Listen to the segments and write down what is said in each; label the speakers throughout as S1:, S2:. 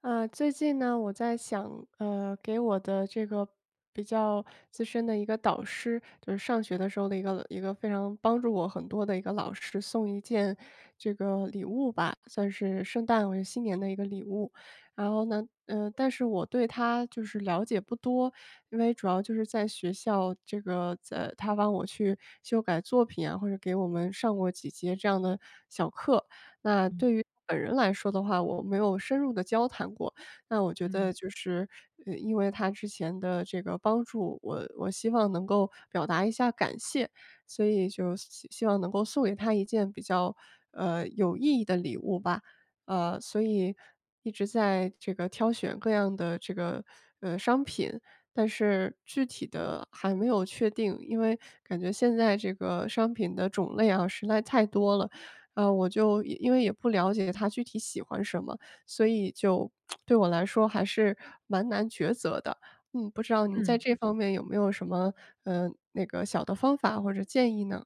S1: 啊，最近呢，我在想，给我的这个比较资深的一个导师，就是上学的时候的一个非常帮助我很多的一个老师，送一件这个礼物吧，算是圣诞或者新年的一个礼物。然后呢，但是我对他就是了解不多，因为主要就是在学校这个，在他帮我去修改作品啊，或者给我们上过几节这样的小课。那
S2: 嗯
S1: 对于本人来说的话，我没有深入的交谈过。那我觉得
S2: 嗯
S1: 就是，因为他之前的这个帮助，我希望能够表达一下感谢，所以就希望能够送给他一件比较，有意义的礼物吧。所以一直在这个挑选各样的这个，商品，但是具体的还没有确定，因为感觉现在这个商品的种类啊，实在太多了。我就也因为也不了解他具体喜欢什么，所以就对我来说还是蛮难抉择的。嗯，不知道您在
S2: 嗯
S1: 这方面有没有什么，那个小的方法或者建议呢？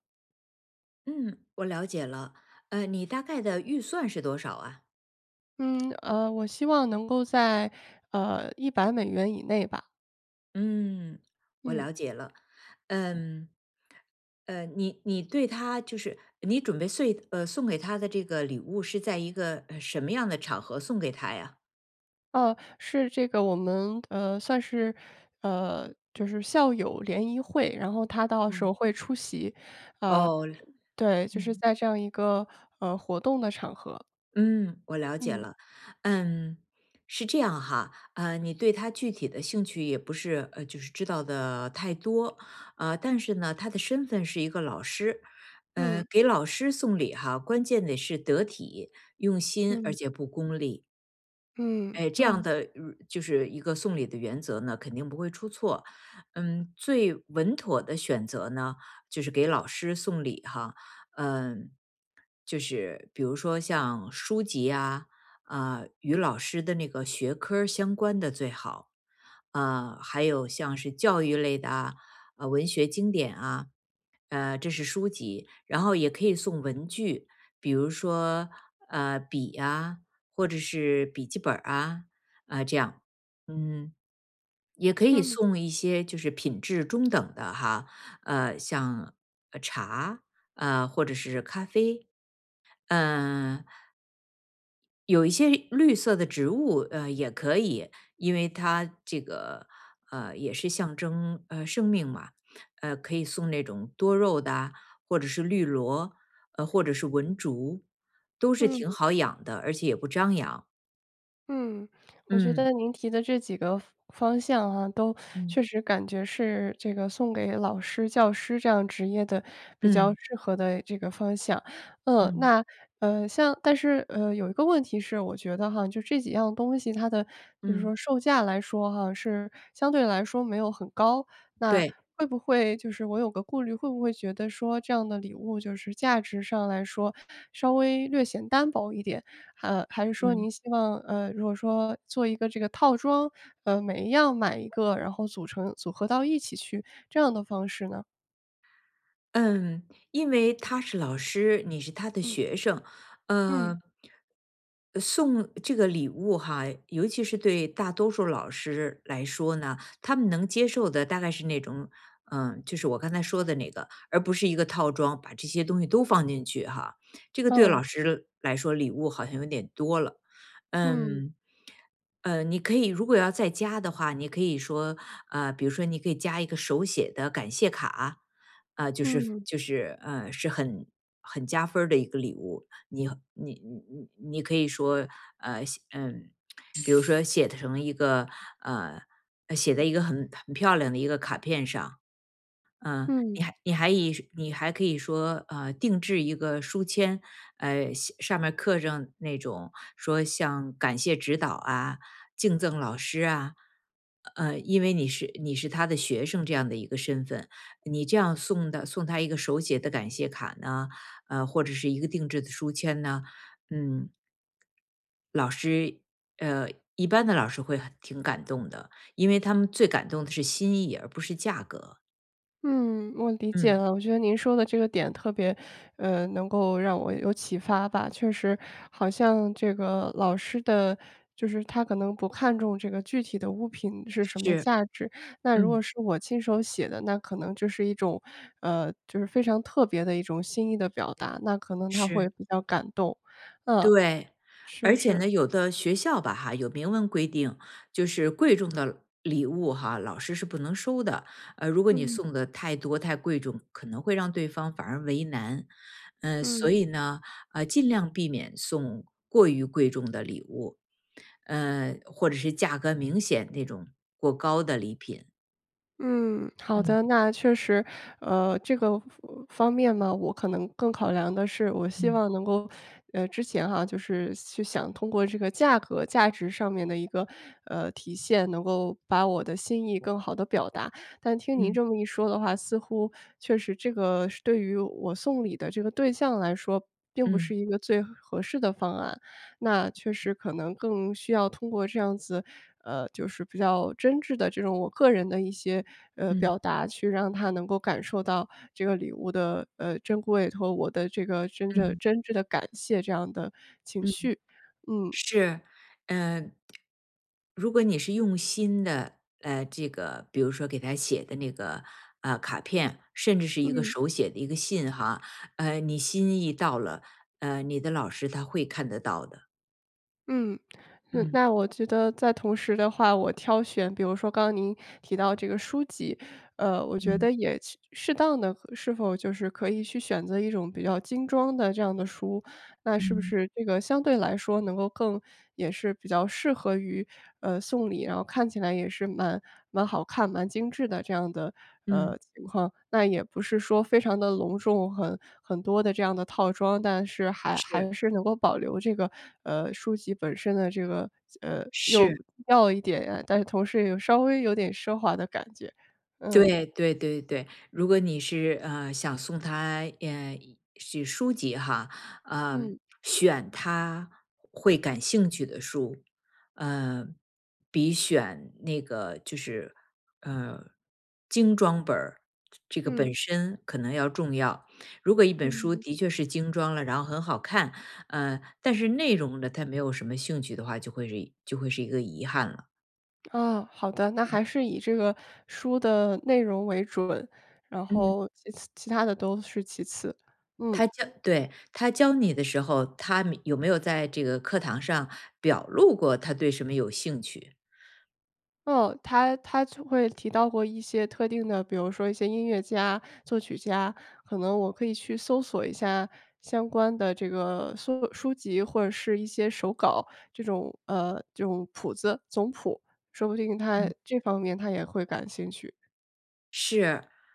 S2: 嗯，我了解了。你大概的预算是多少啊？
S1: 嗯，我希望能够在，100美元以内吧。
S2: 嗯，我
S1: 嗯，
S2: 了解了。嗯，你对他就是你准备送送给他的这个礼物是在一个什么样的场合送给他呀？
S1: 是这个我们，算是，就是校友联谊会，然后他到时
S2: 嗯
S1: 候会出席。呃，
S2: 哦，
S1: 对，就是
S2: 嗯。
S1: 在这样一个，活动的场合，
S2: 嗯，我了解
S1: 嗯。
S2: 了。嗯，是这样哈，你对他具体的兴趣也不是就是知道的太多，但是呢，他的身份是一个老师，
S1: 嗯
S2: 给老师送礼哈，关键得是得体、用心，而
S1: 嗯
S2: 且不功利。
S1: 嗯
S2: 哎，这样
S1: 嗯
S2: 的就是一个送礼的原则呢，肯定不会出错。最稳妥的选择呢，就是给老师送礼哈。嗯、就是比如说像书籍啊，啊、与老师的那个学科儿相关的最好，啊，还有像是教育类的啊，文学经典啊，这是书籍，然后也可以送文具，比如说笔啊，或者是笔记本儿啊，啊、这样，嗯，也可以
S1: 嗯
S2: 送一些就是品质中等的哈，像茶，或者是咖啡，嗯，有一些绿色的植物，也可以，因为它这个也是象征生命嘛，可以送那种多肉的啊或者是绿萝，或者是文竹，都是挺
S1: 嗯。
S2: 好养的，而且也不张扬。
S1: 嗯，我觉
S2: 嗯
S1: 得您提的这几个方向哈，都
S2: 嗯
S1: 确实感觉是这个送给老师、教师这样职业的比较
S2: 嗯
S1: 适合的这个方向。嗯，
S2: 嗯
S1: 那像但是有一个问题是，我觉得哈，就这几样东西，它的就是
S2: 嗯，
S1: 说售价来说哈，是相对来说没有很高。那
S2: 对，
S1: 会不会就是我有个顾虑，会不会觉得说这样的礼物就是价值上来说稍微略显单薄一点？还是说
S2: 嗯。
S1: 您希望，如果说做一个这个套装，每一样买一个，然后组成组合到一起去，这样的方式呢？
S2: 嗯，因为他是老师，你是他的
S1: 嗯，
S2: 学生，
S1: 嗯，
S2: 呃，送这个礼物哈，尤其是对大多数老师来说呢，他们能接受的大概是那种，就是我刚才说的那个，而不是一个套装，把这些东西都放进去哈。这个对
S1: 哦，
S2: 老师来说，礼物好像有点多了。
S1: 嗯，
S2: 嗯，你可以如果要再加的话，你可以说，比如说你可以加一个手写的感谢卡。啊，就是
S1: 嗯，
S2: 就是呃，是很加分儿的一个礼物。你可以说写比如说写成一个呃写在一个很漂亮的一个卡片上，嗯，
S1: 嗯。
S2: 你还可以说，定制一个书签，写上面刻上那种说像感谢指导啊、敬赠老师啊，因为你是他的学生这样的一个身份，你这样送的送他一个手写的感谢卡呢，或者是一个定制的书签呢，嗯，老师，呃，一般的老师会很挺感动的，因为他们最感动的是心意，而不是价格。
S1: 嗯，我理解
S2: 嗯，
S1: 了。我觉得您说的这个点特别，能够让我有启发吧。确实，好像这个老师的，就是他可能不看重这个具体的物品是什么
S2: 是，
S1: 价值。那如果
S2: 嗯。
S1: 是我亲手写的，那可能就是一种，就是非常特别的一种心意的表达。那可能他
S2: 是，
S1: 会比较感动。嗯，
S2: 对。而
S1: 是
S2: 且
S1: 是，
S2: 呢，有的学校吧哈，有明文规定，就是贵重的礼物哈，老师是不能收的。如果你
S1: 嗯
S2: 送的太多太贵重，可能会让对方反而为难。所
S1: 嗯。
S2: 以呢，尽量避免送过于贵重的礼物，或者是价格明显那种过高的礼品。
S1: 嗯，好的，
S2: 嗯
S1: 那确实，这个方面嘛，我可能更考量的是，我希
S2: 嗯
S1: 望能够，之前哈，就是去想通过这个价格、价值上面的一个体现，能够把我的心意更好的表达。但听您
S2: 嗯
S1: 这么一说的话，似乎确实这个是对于我送礼的这个对象来说，并不
S2: 嗯
S1: 是一个最合适的方案。那确实可能更需要通过这样子就是比较真挚的这种我个人的一些，
S2: 嗯嗯
S1: 表达，去让他能够感受到这个礼物的，珍贵和我的这个真正
S2: 嗯。
S1: 真挚的感谢这样的情绪。嗯，
S2: 是，呃，如果你是用心的，这个比如说给他写的那个卡片，甚至是一个
S1: 嗯，
S2: 手写的一个信哈，你心意到了，你的老师他会看得到的。
S1: 嗯，那
S2: 嗯
S1: 那我觉得在同时的话，我挑选，比如说刚刚您提到这个书籍，我觉
S2: 嗯
S1: 得也去适当的是否就是可以去选择一种比较精装的这样的书，那是不
S2: 嗯
S1: 是这个相对来说能够更也是比较适合于，送礼，然后看起来也是蛮好看、蛮精致的这样的，
S2: 嗯，
S1: 情况。那也不是说非常的隆重，很多的这样的套装，但是还
S2: 是
S1: 还是能够保留这个，书籍本身的这个，又
S2: 是。
S1: 要一点啊，但是同时也有稍微有点奢华的感觉。嗯
S2: 对对对对，如果你是想送他一是书籍哈，呃，
S1: 嗯，
S2: 选他会感兴趣的书，呃，比选那个就是呃精装本儿这个
S1: 嗯，
S2: 本身可能要重要。如果一本
S1: 嗯。
S2: 书的确是精装了，然后很好看，但是内容呢他没有什么兴趣的话，就会是一个遗憾了。
S1: 啊，好的，那还是以这个书的内容为准，然
S2: 嗯。
S1: 后其次其他的都是其次。嗯，
S2: 他教对，他教你的时候，他有没有在这个课堂上表露过他对什么有兴趣？
S1: 哦，他就会提到过一些特定的，比如说一些音乐家、作曲家，可能我可以去搜索一下相关的这个书籍或者是一些手稿这种这种谱子总谱，说不定他这方面他也会感兴趣。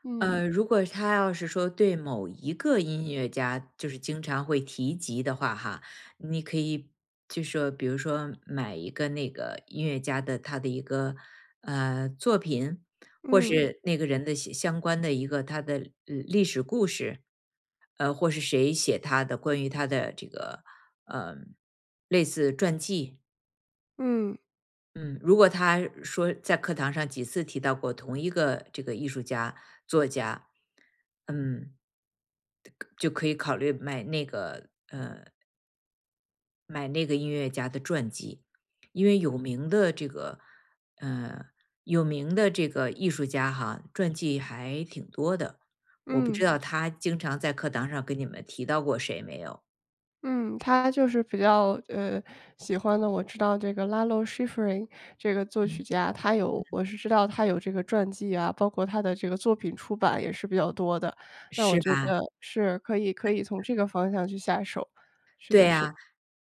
S1: 嗯
S2: 如果他要是说对某一个音乐家就是经常会提及的话，哈，你可以就说，比如说买一个那个音乐家的他的一个作品，或
S1: 嗯
S2: 是那个人的相关的一个他的历史故事，或是谁写他的关于他的这个呃类似传记，
S1: 嗯
S2: 嗯，如果他说在课堂上几次提到过同一个这个艺术家、作家，嗯，就可以考虑买那个音乐家的传记，因为呃有名的这个艺术家哈，传记还挺多的。我不知
S1: 嗯。
S2: 道他经常在课堂上跟你们提到过谁没有，
S1: 嗯，他就是比较，喜欢的我知道这个 Lalo Schifrin 这个作
S2: 嗯，
S1: 曲家，他有我是知道他有这个传记啊，包括他的这个作品出版也是比较多的。那我
S2: 是
S1: 觉
S2: 吧？
S1: 得是可以从这个方向去下手，是
S2: 对
S1: 的是的。
S2: 呀、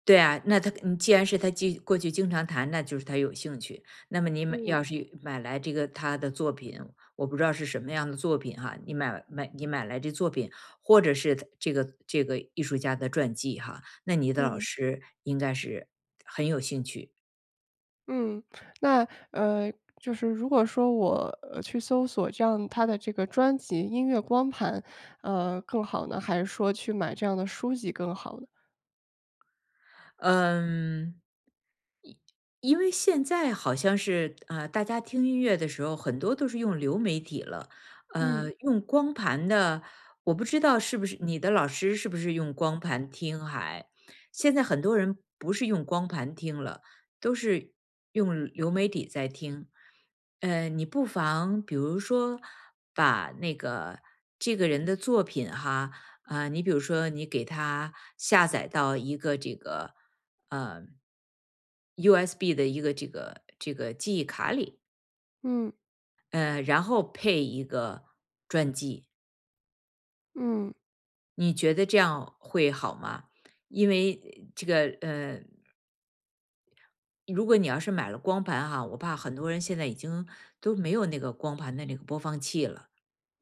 S2: 对啊，那他你既然是他经过去经常谈，那就是他有兴趣。那么你买
S1: 嗯，
S2: 要是买来这个他的作品，我不知道是什么样的作品哈，你买来这作品，或者是他这个艺术家的传记哈，那你的老
S1: 嗯，
S2: 师应该是很有兴趣。
S1: 嗯，那，呃，就是如果说我，去搜索这样他的这个专辑音乐光盘，更好呢？还是说去买这样的书籍更好呢？
S2: 嗯。因为现在好像是，大家听音乐的时候很多都是用流媒体了，
S1: 嗯，
S2: 用光盘的，我不知道是不是你的老师用光盘听还。现在很多人不是用光盘听了，都是用流媒体在听。你不妨比如说把那个这个人的作品哈，啊、你比如说你给他下载到一个这个呃，USB 的一个这个记忆卡里，
S1: 嗯，
S2: 然后配一个专辑，
S1: 嗯。
S2: 你觉得这样会好吗？因为这个如果你要是买了光盘哈，我怕很多人现在已经都没有那个光盘的那个播放器了。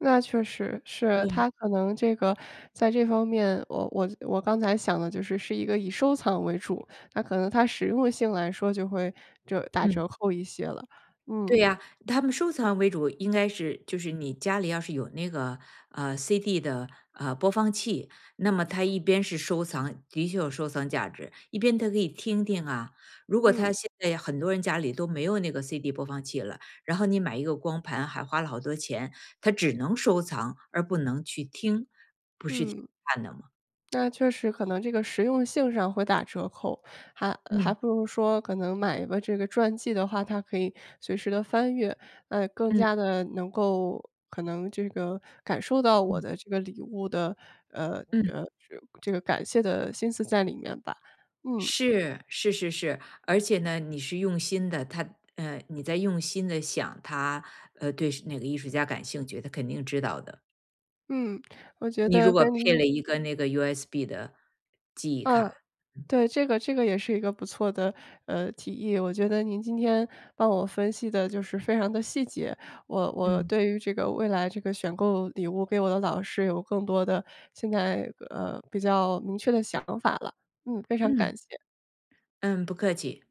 S1: 那确实是，
S2: 嗯
S1: 他可能这个在这方面，我刚才想的就是是一个以收藏为主，那可能它实用性来说就会就打
S2: 嗯
S1: 折扣一些了。
S2: 对
S1: 嗯
S2: 呀，他们收藏为主，应该是就是你家里要是有那个CD 的播放器，那么它一边是收藏，的确有收藏价值，一边它可以听听啊。如果
S1: 嗯
S2: 他现在很多人家里都没有那个 CD 播放器了，然后你买一个光盘还花了好多钱，他只能收藏而不能去听，不是挺遗
S1: 嗯。
S2: 憾的吗？
S1: 那确实可能这个实用性上会打折扣，还
S2: 嗯
S1: 不如说可能买一个这个传记的话，它可以随时的翻阅，更
S2: 嗯
S1: 加的能够可能这个感受到我
S2: 嗯
S1: 的这个礼物的，呃，
S2: 嗯。
S1: 这个感谢的心思在里面吧。嗯，
S2: 是是是是，而且呢，你是用心的，他你在用心的想他，对是哪个艺术家感兴趣，他肯定知道的。
S1: 嗯，我觉
S2: 你
S1: 得
S2: 如果
S1: 跟
S2: 配
S1: 您
S2: 了一个那个 USB 的记忆
S1: 啊。
S2: 卡，
S1: 对，这个也是一个不错的，提议。我觉得您今天帮我分析的就是非常的细节，我
S2: 嗯
S1: 对于这个未来这个选购礼物给我的老师有更多的现在，比较明确的想法了。嗯，非常
S2: 嗯
S1: 感谢。
S2: 嗯，不客气。